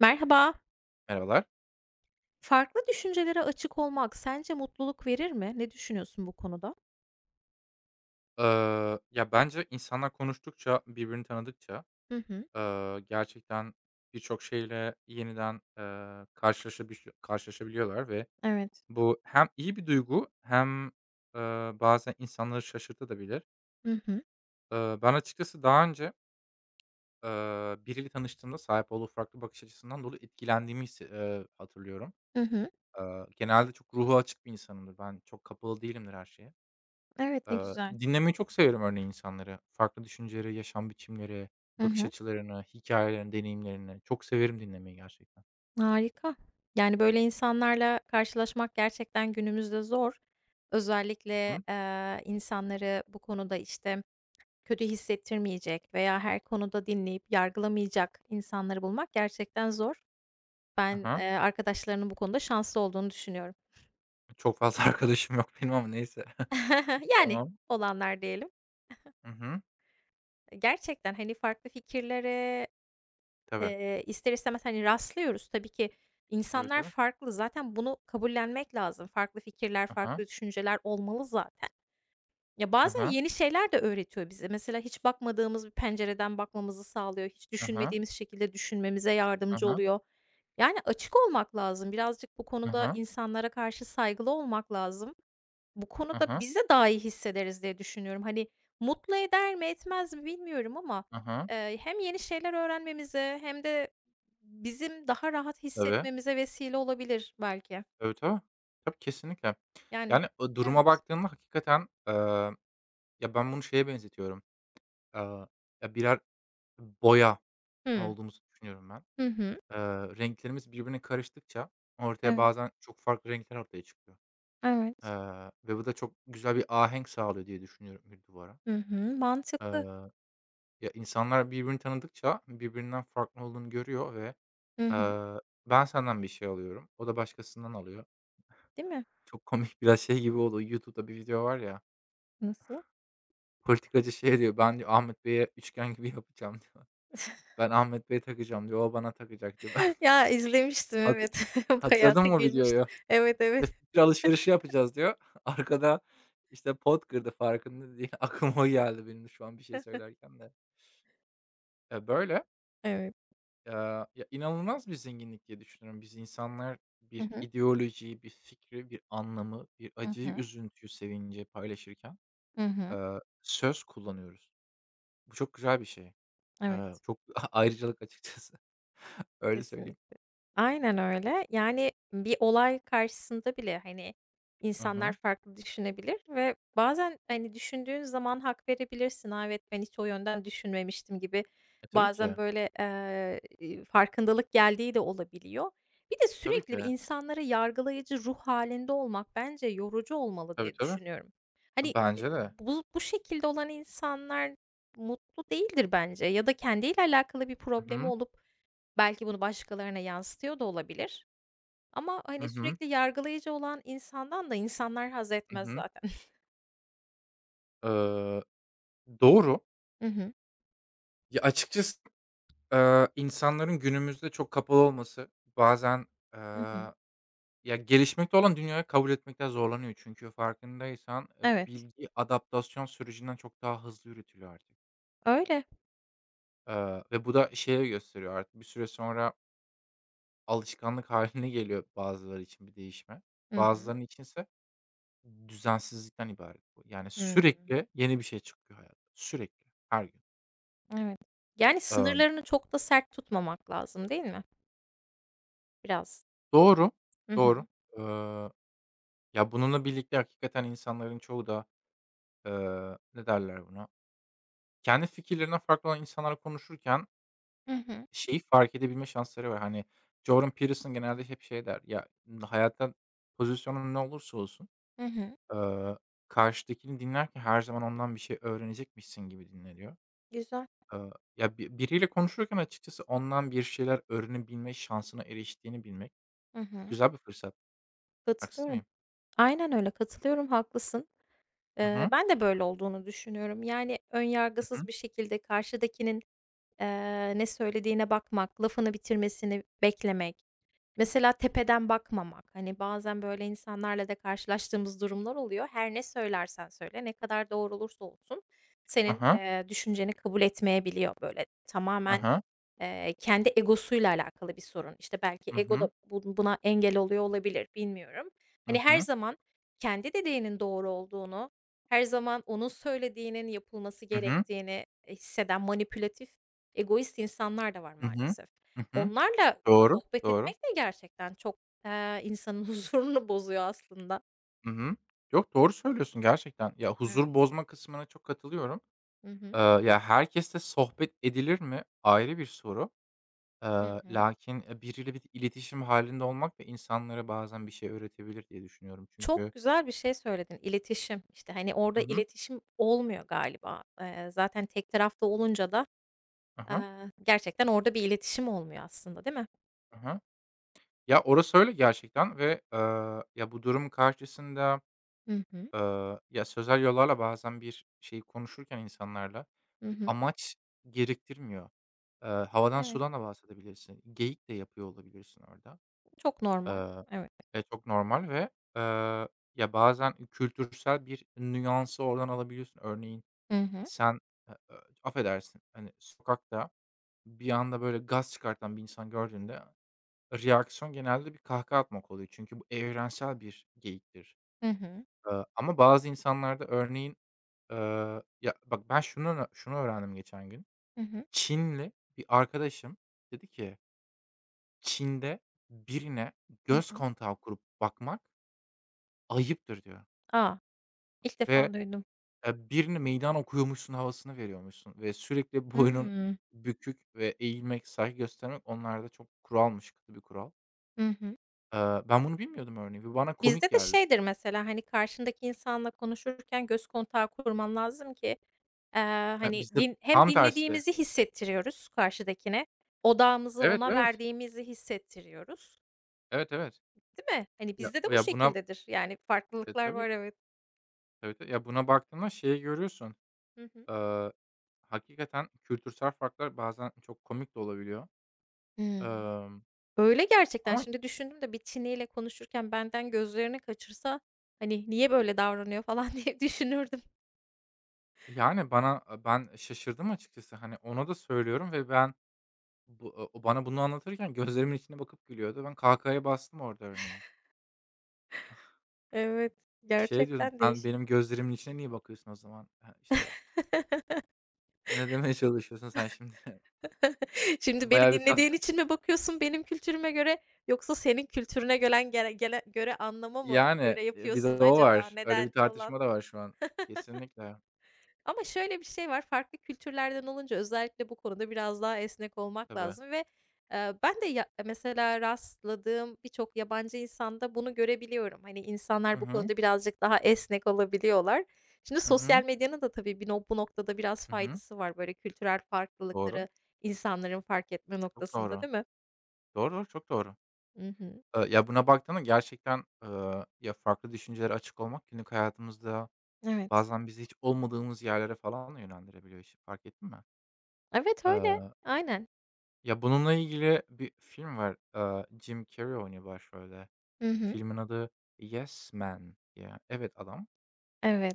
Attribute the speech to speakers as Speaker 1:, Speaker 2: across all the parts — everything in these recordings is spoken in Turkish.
Speaker 1: Merhaba.
Speaker 2: Merhabalar.
Speaker 1: Farklı düşüncelere açık olmak sence mutluluk verir mi? Ne düşünüyorsun bu konuda?
Speaker 2: Ya, bence insanlar konuştukça, birbirini tanıdıkça,
Speaker 1: Hı hı.
Speaker 2: gerçekten birçok şeyle yeniden, karşılaşabiliyorlar ve
Speaker 1: Evet.
Speaker 2: bu hem iyi bir duygu hem, bazen insanları şaşırtabilir.
Speaker 1: Hı hı.
Speaker 2: Ben açıkçası daha önce, biriyle tanıştığımda sahip olduğu farklı bakış açısından dolayı etkilendiğimi hisse hatırlıyorum.
Speaker 1: Hı hı.
Speaker 2: Genelde çok ruhu açık bir insanımdır. Ben çok kapalı değilimdir her şeye.
Speaker 1: Evet, ne
Speaker 2: Eee,
Speaker 1: güzel.
Speaker 2: dinlemeyi çok severim örneğin insanları. Farklı düşünceleri, yaşam biçimleri,
Speaker 1: Hı
Speaker 2: bakış
Speaker 1: hı.
Speaker 2: açılarını, hikâyelerini, deneyimlerini çok severim dinlemeyi gerçekten.
Speaker 1: Harika. Yani, böyle insanlarla karşılaşmak gerçekten günümüzde zor.
Speaker 2: Hı
Speaker 1: Özellikle,
Speaker 2: hı.
Speaker 1: insanları bu konuda, işte, kötü hissettirmeyecek veya her konuda dinleyip yargılamayacak insanları bulmak gerçekten zor.
Speaker 2: Hı
Speaker 1: Ben,
Speaker 2: hı.
Speaker 1: arkadaşlarının bu konuda şanslı olduğunu düşünüyorum.
Speaker 2: Çok fazla arkadaşım yok benim ama neyse.
Speaker 1: Yani,
Speaker 2: Tamam.
Speaker 1: olanlar diyelim.
Speaker 2: Hı hı.
Speaker 1: Gerçekten, hani, farklı fikirlere,
Speaker 2: Tabii.
Speaker 1: ister istemez, hani, rastlıyoruz. Tabii ki
Speaker 2: Tabii,
Speaker 1: insanlar
Speaker 2: tabii.
Speaker 1: farklı. Zaten bunu kabullenmek lazım. Farklı fikirler,
Speaker 2: Hı hı.
Speaker 1: farklı düşünceler olmalı zaten. Ya,
Speaker 2: Hı
Speaker 1: bazen
Speaker 2: hı.
Speaker 1: yeni şeyler de öğretiyor bize. Mesela hiç bakmadığımız bir pencereden bakmamızı sağlıyor. Hiç
Speaker 2: Hı hı.
Speaker 1: düşünmediğimiz şekilde düşünmemize
Speaker 2: Hı
Speaker 1: yardımcı
Speaker 2: hı.
Speaker 1: oluyor. Yani, açık olmak lazım. Birazcık bu
Speaker 2: Hı
Speaker 1: konuda
Speaker 2: hı.
Speaker 1: insanlara karşı saygılı olmak lazım. Bu
Speaker 2: Hı
Speaker 1: konuda
Speaker 2: hı.
Speaker 1: biz de daha iyi hissederiz diye düşünüyorum. Hani, mutlu eder mi etmez mi bilmiyorum ama,
Speaker 2: Hı hı.
Speaker 1: hem yeni şeyler öğrenmemize hem de bizim daha rahat
Speaker 2: Tabii.
Speaker 1: hissetmemize vesile olabilir belki.
Speaker 2: Tabii, tabii. Tabii, kesinlikle.
Speaker 1: Yani.
Speaker 2: Yani, o duruma
Speaker 1: Evet.
Speaker 2: baktığında hakikaten, ya, ben bunu şeye benzetiyorum. Aaa, ya, birer boya
Speaker 1: Hıı.
Speaker 2: olduğumuzu düşünüyorum ben.
Speaker 1: Hı hı.
Speaker 2: Renklerimiz birbirine karıştıkça ortaya
Speaker 1: Evet,
Speaker 2: bazen çok farklı renkler ortaya çıkıyor.
Speaker 1: evet.
Speaker 2: Ve bu da çok güzel bir ahenk sağlıyor diye düşünüyorum bir duvara.
Speaker 1: Hı hı. Mantıklı.
Speaker 2: Eee, ya, insanlar birbirini tanıdıkça birbirinden farklı olduğunu görüyor ve,
Speaker 1: Hı hı.
Speaker 2: eee, ben senden bir şey alıyorum, o da başkasından alıyor.
Speaker 1: Değil mi?
Speaker 2: Çok komik biraz şey gibi oldu, YouTube'da bir video var ya,
Speaker 1: Nasıl?
Speaker 2: politikacı şey diyor, "Ben" diyor, "Ahmet Bey'e üçgen gibi yapacağım." diyor. "Ben Ahmet Bey'e takacağım." diyor, "O bana takacak." diyor. Ben
Speaker 1: Ya, izlemiştim,
Speaker 2: Hatır
Speaker 1: evet. Bayağı
Speaker 2: hatırladın
Speaker 1: da
Speaker 2: mı o
Speaker 1: gülmüştüm.
Speaker 2: videoyu?
Speaker 1: Evet, evet.
Speaker 2: Ve fikir alışverişi yapacağız diyor. Arkada, işte, pot kırdı farkında değil. Aklıma o geldi benim de şu an bir şey söylerken de. Ya, böyle,
Speaker 1: Evet.
Speaker 2: ya, inanılmaz bir zenginlik diye düşünüyorum. Biz insanlar
Speaker 1: Hı
Speaker 2: bir
Speaker 1: hı.
Speaker 2: ideolojiyi, bir fikri, bir anlamı, bir
Speaker 1: Hı
Speaker 2: acıyı,
Speaker 1: hı.
Speaker 2: üzüntüyü, sevinci paylaşırken,
Speaker 1: Hı hı.
Speaker 2: söz kullanıyoruz. Bu çok güzel bir şey. Aaa,
Speaker 1: Evet.
Speaker 2: çok ayrıcalık açıkçası. Öyle söyleyeyim.
Speaker 1: Kesinlikle. Aynen öyle. Yani, bir olay karşısında bile, hani,
Speaker 2: Hı
Speaker 1: insanlar
Speaker 2: hı.
Speaker 1: farklı düşünebilir ve bazen, hani, düşündüğün zaman hak verebilirsin. "A, evet, ben hiç o yönden düşünmemiştim." gibi
Speaker 2: E, tabii
Speaker 1: bazen
Speaker 2: ki.
Speaker 1: böyle, farkındalık geldiği de olabiliyor. Bir de
Speaker 2: Tabii
Speaker 1: sürekli
Speaker 2: ki.
Speaker 1: insanlara yargılayıcı ruh halinde olmak bence yorucu olmalı
Speaker 2: Tabii,
Speaker 1: diye
Speaker 2: tabii.
Speaker 1: düşünüyorum. Hani,
Speaker 2: Bence de.
Speaker 1: bu şekilde olan insanlar mutlu değildir bence ya da kendiyle alakalı bir
Speaker 2: Hı
Speaker 1: problemi
Speaker 2: hı.
Speaker 1: olup. Belki bunu başkalarına yansıtıyor da olabilir ama,
Speaker 2: Hı
Speaker 1: hani,
Speaker 2: hı.
Speaker 1: sürekli yargılayıcı olan insandan da insanlar haz
Speaker 2: Hı
Speaker 1: etmez
Speaker 2: hı.
Speaker 1: zaten.
Speaker 2: Iıı, doğru.
Speaker 1: Hı hı.
Speaker 2: Ya, açıkçası, insanların günümüzde çok kapalı olması bazen,
Speaker 1: Hı hı.
Speaker 2: eee, ya, gelişmekte olan dünyayı kabul etmekte zorlanıyor. Çünkü farkındaysan,
Speaker 1: Evet,
Speaker 2: bilgi adaptasyon sürecinden çok daha hızlı yürütülüyor artık.
Speaker 1: öyle.
Speaker 2: Ve bu da şeye gösteriyor artık bir süre sonra alışkanlık haline geliyor bazıları için bir değişme.
Speaker 1: Hı hı.
Speaker 2: Bazılarının içinse düzensizlikten ibaret bu. Yani,
Speaker 1: Hımm.
Speaker 2: sürekli yeni bir şey çıkıyor hayatta, sürekli, her gün.
Speaker 1: Evet. Yani,
Speaker 2: Emm,
Speaker 1: sınırlarını çok da sert tutmamak lazım, değil mi? Biraz.
Speaker 2: doğru,
Speaker 1: Hı
Speaker 2: doğru.
Speaker 1: hı.
Speaker 2: Eee Ya, bununla birlikte hakikaten insanların çoğu da, ne derler buna, kendi fikirlerinden farklı olan insanlarla konuşurken
Speaker 1: Hı hı.
Speaker 2: şeyi fark edebilme şansları var. Hani, Jordan Peterson genelde hep şey der, ya, hayatta pozisyonun ne olursa olsun,
Speaker 1: Hı hı.
Speaker 2: eee, karşıdakini dinlerken her zaman ondan bir şey öğrenecekmişsin gibi dinle diyor.
Speaker 1: Güzel.
Speaker 2: Eee, ya, biriyle konuşurken açıkçası ondan bir şeyler öğrenebilme şansına eriştiğini bilmek
Speaker 1: Hı hı.
Speaker 2: güzel bir fırsat. Haksız
Speaker 1: Katılıyorum.
Speaker 2: mıyım?
Speaker 1: Aynen öyle, katılıyorum, haklısın.
Speaker 2: Hı hı.
Speaker 1: Ben de böyle olduğunu düşünüyorum. Yani, ön
Speaker 2: Hı
Speaker 1: yargısız
Speaker 2: hı.
Speaker 1: bir şekilde karşıdakinin ne söylediğine bakmak, lafını bitirmesini beklemek, mesela tepeden bakmamak, hani, bazen böyle insanlarla da karşılaştığımız durumlar oluyor. Her ne söylersen söyle, ne kadar doğru olursa olsun senin,
Speaker 2: aha
Speaker 1: düşünceni kabul etmeyebiliyor. Böyle tamamen.
Speaker 2: aha
Speaker 1: Kendi egosuyla alakalı bir sorun. İşte, belki ego da buna engel oluyor olabilir, bilmiyorum. Hani,
Speaker 2: Hı
Speaker 1: her
Speaker 2: hı.
Speaker 1: zaman kendi dediğinin doğru olduğunu, her zaman onun söylediğinin yapılması
Speaker 2: Hı hı. Hı hı.
Speaker 1: gerektiğini, hisseden manipülatif, egoist insanlar da var
Speaker 2: Hı hı.
Speaker 1: maalesef.
Speaker 2: Hı hı.
Speaker 1: Onlarla
Speaker 2: Doğru,
Speaker 1: sohbet etmek
Speaker 2: doğru.
Speaker 1: de gerçekten çok, insanın huzurunu bozuyor aslında.
Speaker 2: Hı hı. Yok, doğru söylüyorsun gerçekten. Ya, huzur
Speaker 1: Evet.
Speaker 2: bozma kısmına çok katılıyorum.
Speaker 1: Hı hı.
Speaker 2: Ya, herkesle sohbet edilir mi? Ayrı bir soru. Eee,
Speaker 1: Hı hı.
Speaker 2: lakin, biriyle bir iletişim halinde olmak ve insanlara bazen bir şey öğretebilir diye düşünüyorum.
Speaker 1: Çok
Speaker 2: Çünkü
Speaker 1: güzel bir şey söyledin. İletişim. İşte, hani, orada
Speaker 2: Hı hı.
Speaker 1: iletişim olmuyor galiba. Zaten tek tarafta olunca da,
Speaker 2: Hı hı.
Speaker 1: gerçekten orada bir iletişim olmuyor aslında, değil mi?
Speaker 2: Hı hı. Ya, orası öyle gerçekten ve, ya, bu durum karşısında
Speaker 1: Hı hı.
Speaker 2: Ya, sözel yollarla bazen bir şeyi konuşurken insanlarla
Speaker 1: Hı
Speaker 2: bir
Speaker 1: hı.
Speaker 2: amaç gerektirmiyor. Havadan
Speaker 1: Evet,
Speaker 2: sudan da bahsedebilirsin. Geyik de yapıyor olabilirsin orada.
Speaker 1: çok normal.
Speaker 2: Eee,
Speaker 1: Evet.
Speaker 2: çok normal ve, eee, ya, bazen kültürsel bir nüansı oradan alabiliyorsun. Örneğin
Speaker 1: Hı hı.
Speaker 2: sen, e e affedersin, hani, sokakta bir anda böyle gaz çıkartan bir insan gördüğünde reaksiyon genelde bir kahkaha atmak oluyor. Çünkü bu evrensel bir geyiktir.
Speaker 1: Hı hı.
Speaker 2: Ama bazı insanlarda örneğin Ya, bak, ben şunu şunu öğrendim geçen gün.
Speaker 1: Hı hı.
Speaker 2: Çinli bir arkadaşım dedi ki, "Çin'de birine
Speaker 1: Hı
Speaker 2: göz
Speaker 1: hı.
Speaker 2: kontağı kurup bakmak ayıptır." diyor
Speaker 1: A! İlk
Speaker 2: ve,
Speaker 1: defa duydum.
Speaker 2: birine meydan okuyormuşsun havasını veriyormuşsun ve sürekli boynun
Speaker 1: Hımm.
Speaker 2: bükük ve eğilmek, saygı göstermek onlarda çok kuralmış, katı bir kural.
Speaker 1: Hı hı.
Speaker 2: Ben bunu bilmiyordum örneğin ve bana komik
Speaker 1: Bizde de
Speaker 2: geldi.
Speaker 1: şeydir mesela, hani, karşındaki insanla konuşurken göz kontağı kurman lazım ki Eee,
Speaker 2: Eee,
Speaker 1: hani,
Speaker 2: bizde
Speaker 1: hem
Speaker 2: tam tersi.
Speaker 1: dinlediğimizi hissettiriyoruz karşıdakine, odağımızı
Speaker 2: Evet,
Speaker 1: ona
Speaker 2: evet.
Speaker 1: verdiğimizi hissettiriyoruz,
Speaker 2: Evet, evet.
Speaker 1: değil mi? Hani,
Speaker 2: Ya
Speaker 1: bizde de bu
Speaker 2: ya, buna
Speaker 1: şekildedir. Yani,
Speaker 2: E,
Speaker 1: farklılıklar
Speaker 2: tabii.
Speaker 1: var, evet.
Speaker 2: Tabii, tabii. Ya, buna baktığında şeyi görüyorsun
Speaker 1: Hı hı.
Speaker 2: Eee, hakikaten kültürsel farklar bazen çok komik de olabiliyor.
Speaker 1: Hımm.
Speaker 2: Emm,
Speaker 1: Öyle gerçekten.
Speaker 2: ama
Speaker 1: Şimdi düşündüm de bir Çinliyle konuşurken benden gözlerini kaçırsa, hani, niye böyle davranıyor falan diye düşünürdüm.
Speaker 2: yani bana ben şaşırdım açıkçası. Hani, ona da söylüyorum ve ben o bana bunu anlatırken gözlerimin içine bakıp gülüyordu. Ben kahkahaya bastım orada örneğin.
Speaker 1: Evet,
Speaker 2: Şey diyordum,
Speaker 1: gerçekten
Speaker 2: "Sen
Speaker 1: değişik.
Speaker 2: benim gözlerimin içine niye bakıyorsun o zaman? Ha, işte, ne demeye çalışıyorsun sen şimdi?"
Speaker 1: Şimdi beni
Speaker 2: Bayağı bir kah
Speaker 1: dinlediğin için mi bakıyorsun benim kültürüme göre yoksa senin kültürüne gören gele gele göre anlama mı
Speaker 2: Yani,
Speaker 1: göre
Speaker 2: bir
Speaker 1: yapıyorsun
Speaker 2: de o
Speaker 1: acaba?
Speaker 2: var. Öyle bir
Speaker 1: Neden falan?
Speaker 2: tartışma da var şu an. Kesinlikle.
Speaker 1: Ama şöyle bir şey var, farklı kültürlerden olunca özellikle bu konuda biraz daha esnek olmak
Speaker 2: Tabii.
Speaker 1: lazım ve, ben de ya mesela rastladığım birçok yabancı insanda bunu görebiliyorum. Hani,
Speaker 2: Hı
Speaker 1: insanlar bu
Speaker 2: hı.
Speaker 1: konuda birazcık daha esnek olabiliyorlar. Şimdi
Speaker 2: Hı hı.
Speaker 1: sosyal medyanın da tabii bir no bu noktada biraz
Speaker 2: Hı hı.
Speaker 1: faydası var, böyle kültürel
Speaker 2: Doğru.
Speaker 1: farklılıkları insanların fark etme
Speaker 2: Çok
Speaker 1: noktasında,
Speaker 2: doğru.
Speaker 1: değil mi?
Speaker 2: Doğru, doğru, çok doğru.
Speaker 1: Hı hı.
Speaker 2: Ya, buna baktığında gerçekten, ya, farklı düşüncelere açık olmak günlük hayatımızda
Speaker 1: Evet.
Speaker 2: bazen bizi hiç olmadığımız yerlere falan da yönlendirebiliyor işi, fark ettin mi?
Speaker 1: Evet, öyle.
Speaker 2: Eee,
Speaker 1: Aynen.
Speaker 2: ya, bununla ilgili bir film var. Jim Carrey oynuyor başrolde.
Speaker 1: Hı hı.
Speaker 2: Filmin adı Yes Man diye. Evet adam.
Speaker 1: Evet.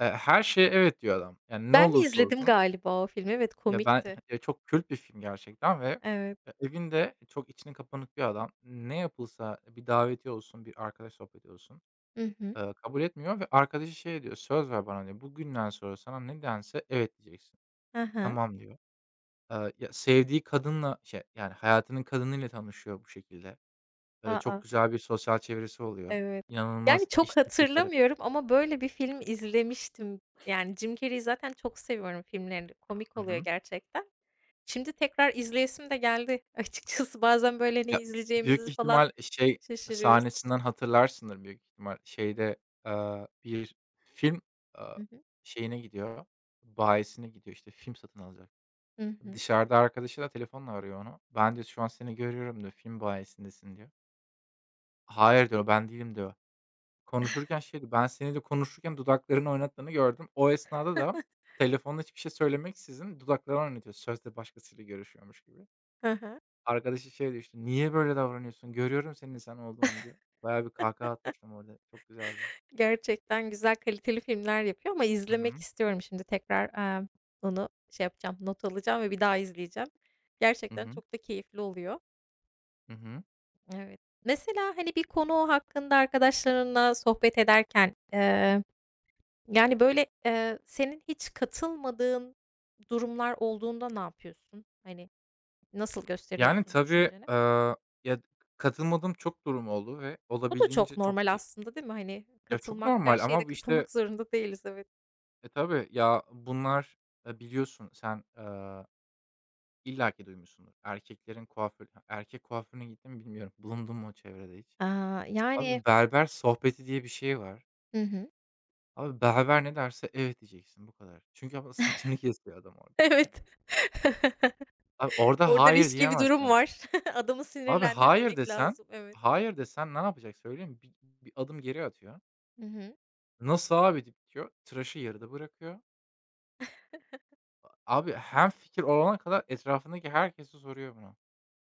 Speaker 2: Her şeye evet diyor adam. Yani, ne
Speaker 1: Ben
Speaker 2: olursa
Speaker 1: izledim
Speaker 2: olsun.
Speaker 1: galiba o filmi. Evet,
Speaker 2: Ya, ben
Speaker 1: komikti.
Speaker 2: ya, çok kült bir film gerçekten ve,
Speaker 1: Evet.
Speaker 2: evinde çok içine kapanık bir adam. Ne yapılsa bir davetiye olsun, bir arkadaş sohbeti olsun
Speaker 1: Hı hı.
Speaker 2: Kabul etmiyor ve arkadaşı şey diyor, "Söz ver bana." diyor, "Bugünden sonra sana ne dense evet diyeceksin."
Speaker 1: Hı hı.
Speaker 2: "Tamam." diyor. Ya, sevdiği kadınla, şey, yani, hayatının kadınıyla tanışıyor bu şekilde. Çok
Speaker 1: A.
Speaker 2: güzel bir sosyal çevresi oluyor.
Speaker 1: Evet. Yani,
Speaker 2: İnanılmaz
Speaker 1: çok
Speaker 2: iş teklifleri
Speaker 1: hatırlamıyorum ama böyle bir film izlemiştim. Yani, Jim Carrey'i zaten çok seviyorum filmlerini. Komik
Speaker 2: Hı
Speaker 1: oluyor
Speaker 2: hı.
Speaker 1: gerçekten. Şimdi tekrar izleyesim de geldi açıkçası. Bazen böyle ne
Speaker 2: Ya, büyük
Speaker 1: izleyeceğimizi falan
Speaker 2: ihtimal şey
Speaker 1: şaşırıyoruz.
Speaker 2: sahnesinden hatırlarsındır büyük ihtimal. Şeyde, bir film, eee,
Speaker 1: Hı hı.
Speaker 2: şeyine gidiyor, bayisine gidiyor, işte, film satın alacak.
Speaker 1: Hı hı.
Speaker 2: Dışarıda arkadaşı da telefonla arıyor onu. "Ben" diyor, "şu an seni görüyorum." diyor, "Film bayisindesin." diyor. "Hayır." diyor, "Ben değilim." diyor. Konuşurken şey diyor, "Ben seninle de konuşurken dudaklarını oynattığını gördüm." O esnada da telefonla hiçbir şey söylemeksizin dudaklarını oynatıyor. Sözde başkasıyla görüşüyormuş gibi.
Speaker 1: Hı hı.
Speaker 2: Arkadaşı şey diyor işte, "Niye böyle davranıyorsun? Görüyorum senin insan olduğunu." diyor. Bayağı bir kahkaha atmıştım orada. Çok güzeldi.
Speaker 1: Gerçekten güzel, kaliteli filmler yapıyor ama
Speaker 2: Hı
Speaker 1: izlemek
Speaker 2: hı.
Speaker 1: istiyorum şimdi tekrar, onu şey yapacağım, not alacağım ve bir daha izleyeceğim.
Speaker 2: Hı
Speaker 1: Gerçekten
Speaker 2: hı.
Speaker 1: çok da keyifli oluyor.
Speaker 2: Hı hı.
Speaker 1: Evet. Mesela, hani, bir konu hakkında arkadaşlarınla sohbet ederken, yani, senin hiç katılmadığın durumlar olduğunda ne yapıyorsun? Hani, nasıl
Speaker 2: Yani,
Speaker 1: gösteriyorsun
Speaker 2: tabii,
Speaker 1: düşünceni?
Speaker 2: ya, katılmadığım çok durum oldu ve
Speaker 1: Bu da çok
Speaker 2: olabildiğince çok
Speaker 1: normal aslında değil mi? Hani,
Speaker 2: Ya, çok
Speaker 1: her
Speaker 2: normal
Speaker 1: şeyde
Speaker 2: ama bu işte
Speaker 1: katılmak zorunda değiliz, evet.
Speaker 2: E, tabii. Ya, bunlar, biliyorsun sen, illaki duymuşsundur. Erkeklerin erkek kuaförüne gittin mi bilmiyorum. Bulundun mu o çevrede hiç?
Speaker 1: Aaa, yani.
Speaker 2: Abi, berber sohbeti diye bir şey var.
Speaker 1: Hı hı.
Speaker 2: Abi, berber ne derse evet diyeceksin, bu kadar. Çünkü abi saçını kesiyor adam orada.
Speaker 1: Evet.
Speaker 2: Abi, orada
Speaker 1: Orada
Speaker 2: hayır
Speaker 1: riskli bir durum
Speaker 2: diyemezsin.
Speaker 1: var. Adamı
Speaker 2: Abi, hayır
Speaker 1: sinirlendirmemek
Speaker 2: desen
Speaker 1: lazım. Evet.
Speaker 2: hayır desen ne yapacak söyleyeyim mi? Bir adım geri atıyor.
Speaker 1: Hı hı.
Speaker 2: "Nasıl abi?" deyip diyor, tıraşı yarıda bırakıyor. Abi, hem fikir olana kadar etrafındaki herkesi soruyor bunu.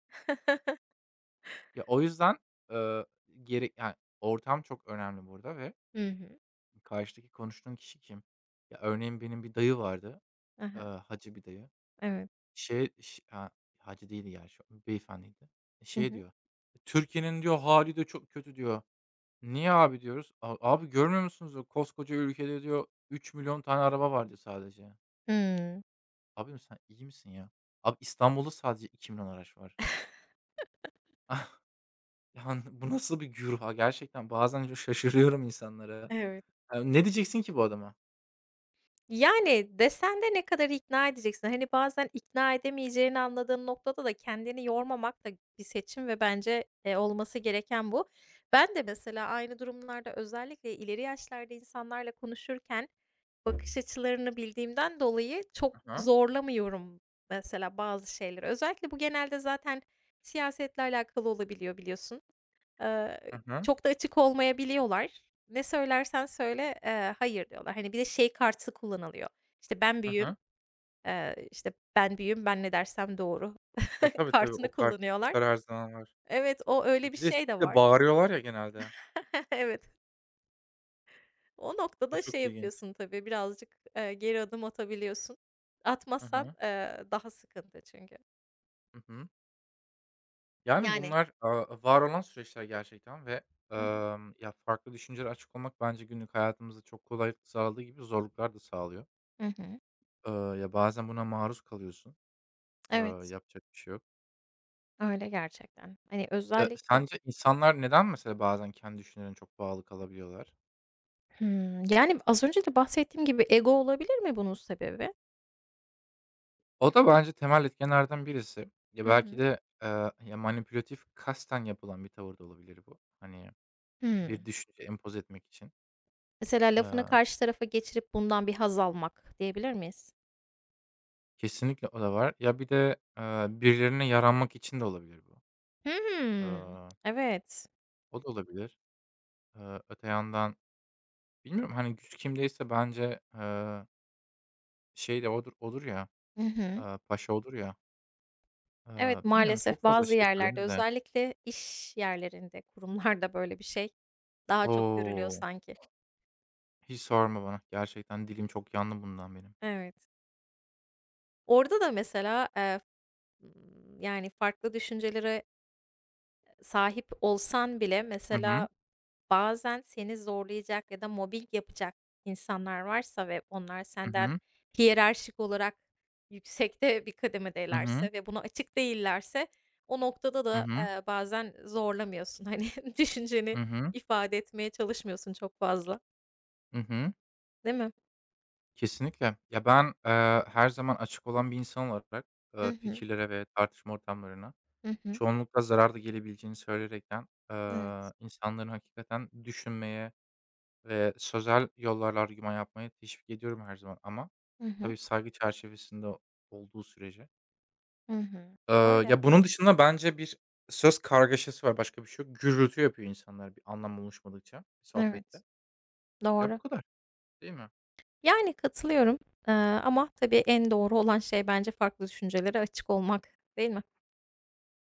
Speaker 2: Ya, o yüzden, eee, yani, ortam çok önemli burada ve
Speaker 1: Hı hı.
Speaker 2: karşıdaki konuştuğun kişi kim? Ya, örneğin benim bir dayı vardı,
Speaker 1: Hı.
Speaker 2: hacı bir dayı.
Speaker 1: Evet.
Speaker 2: Şey, ş ha, hacı değildi gerçi, beyefendiydi.
Speaker 1: Hı
Speaker 2: Şey
Speaker 1: hı.
Speaker 2: diyor, "Türkiye'nin" diyor, hali de çok kötü." diyor. "Niye abi?" diyoruz. "A abi görmüyor musunuz diyor, koskoca ülkede" diyor, 3 milyon tane araba var." diyor sadece.
Speaker 1: Hımm.
Speaker 2: Abi sen iyi misin ya? Abi İstanbul'da sadece 2 milyon araç var. Yani, bu nasıl bir güruh? Ha? Gerçekten bazen şaşırıyorum insanlara.
Speaker 1: Evet.
Speaker 2: Ne diyeceksin ki bu adama?
Speaker 1: Yani, desen de ne kadar ikna edeceksin? Hani, bazen ikna edemeyeceğini anladığın noktada da kendini yormamak da bir seçim ve bence, olması gereken bu. Ben de mesela aynı durumlarda özellikle ileri yaşlarda insanlarla konuşurken bakış açılarını bildiğimden dolayı çok
Speaker 2: Hı hı.
Speaker 1: zorlamıyorum mesela bazı şeyleri. Özellikle bu genelde zaten siyasetle alakalı olabiliyor biliyorsun. Eee,
Speaker 2: Hı hı.
Speaker 1: Çok da açık olmayabiliyorlar. Ne söylersen söyle, "Hayır." diyorlar. Hani, bir de şey kartı kullanılıyor. İşte, "Ben
Speaker 2: Hı
Speaker 1: büyüğüm."
Speaker 2: hı.
Speaker 1: İşte, "Ben büyüğüm, ben ne dersem doğru."
Speaker 2: E, tabii, tabii.
Speaker 1: kartını
Speaker 2: O
Speaker 1: kullanıyorlar.
Speaker 2: karakter her zaman var.
Speaker 1: Evet, o öyle
Speaker 2: E,
Speaker 1: bir
Speaker 2: bir de
Speaker 1: şey de
Speaker 2: bir de
Speaker 1: var.
Speaker 2: bağırıyorlar ya genelde.
Speaker 1: Evet. O
Speaker 2: O
Speaker 1: noktada şey
Speaker 2: çok ilginç.
Speaker 1: yapıyorsun tabii, birazcık, geri adım atabiliyorsun.
Speaker 2: Hı
Speaker 1: Atmazsan,
Speaker 2: hı.
Speaker 1: daha sıkıntı çünkü.
Speaker 2: Hı hı. Yani
Speaker 1: Yani.
Speaker 2: bunlar, var olan süreçler gerçekten ve,
Speaker 1: Hı hı.
Speaker 2: ya, farklı düşüncelere açık olmak bence günlük hayatımızda çok kolaylık sağladığı gibi zorluklar da sağlıyor.
Speaker 1: Hı hı.
Speaker 2: Ya, bazen buna maruz kalıyorsun. Eee,
Speaker 1: Evet,
Speaker 2: yapacak bir şey yok.
Speaker 1: öyle gerçekten. Hani,
Speaker 2: Ya,
Speaker 1: özellikle.
Speaker 2: sence insanlar neden mesela bazen kendi düşüncelerine çok bağlı kalabiliyorlar?
Speaker 1: Hımm. Yani, az önce de bahsettiğim gibi ego olabilir mi bunun sebebi?
Speaker 2: O da bence temel etkenlerden birisi. Ya,
Speaker 1: Hı
Speaker 2: belki
Speaker 1: hı.
Speaker 2: de, ya, manipülatif kasten yapılan bir tavır da olabilir bu. Hani, bir
Speaker 1: Hımm.
Speaker 2: düşünce empoze etmek için.
Speaker 1: Mesela lafını
Speaker 2: Eee,
Speaker 1: karşı tarafa geçirip bundan bir haz almak diyebilir miyiz?
Speaker 2: kesinlikle o da var. Ya, bir de, birilerine yaranmak için de olabilir bu.
Speaker 1: Hımm.
Speaker 2: Eee,
Speaker 1: Evet.
Speaker 2: o da olabilir. Öte yandan bilmiyorum, hani, güç kimdeyse bence, şey de odur ya,
Speaker 1: Hı hı.
Speaker 2: paşa odur ya. Eee,
Speaker 1: Evet,
Speaker 2: bilmiyorum
Speaker 1: maalesef
Speaker 2: çok fazla
Speaker 1: bazı
Speaker 2: şey
Speaker 1: yerlerde
Speaker 2: söylenir de.
Speaker 1: özellikle iş yerlerinde, kurumlarda böyle bir şey daha çok görülüyor
Speaker 2: O!
Speaker 1: sanki.
Speaker 2: Hiç sorma bana. Gerçekten dilim çok yandı bundan benim.
Speaker 1: Evet. Orada da mesela, yani, farklı düşüncelere sahip olsan bile
Speaker 2: Hı hı.
Speaker 1: mesela bazen seni zorlayacak ya da mobbing yapacak insanlar varsa ve onlar
Speaker 2: Hı
Speaker 1: senden
Speaker 2: hı.
Speaker 1: hiyerarşik olarak yüksekte bir
Speaker 2: Hı hı.
Speaker 1: kademedelerse ve buna açık değillerse o noktada
Speaker 2: Hı
Speaker 1: da,
Speaker 2: hı.
Speaker 1: bazen zorlamıyorsun. Hani,
Speaker 2: Hı
Speaker 1: düşünceni
Speaker 2: hı.
Speaker 1: ifade etmeye çalışmıyorsun çok fazla,
Speaker 2: Hı hı.
Speaker 1: değil mi?
Speaker 2: Kesinlikle. Ya, ben, her zaman açık olan bir insan olarak,
Speaker 1: Hı hı.
Speaker 2: fikirlere ve tartışma ortamlarına
Speaker 1: Hı hı.
Speaker 2: çoğunlukla zarar da gelebileceğini söyleyerekten,
Speaker 1: Evet.
Speaker 2: insanların hakikaten düşünmeye ve sözel yollarla argüman yapmaya teşvik ediyorum her zaman ama
Speaker 1: Hı hı.
Speaker 2: tabii saygı çerçevesinde olduğu sürece.
Speaker 1: Hı hı.
Speaker 2: Eee,
Speaker 1: Öyle.
Speaker 2: ya, bunun dışında bence bir söz kargaşası var, başka bir şey yok. Gürültü yapıyor insanlar bir anlam oluşmadıkça bir
Speaker 1: Evet,
Speaker 2: sohbette. Ya, bu
Speaker 1: doğru.
Speaker 2: kadar, değil mi?
Speaker 1: Yani katılıyorum, ama tabii en doğru olan şey bence farklı düşüncelere açık olmak, değil mi?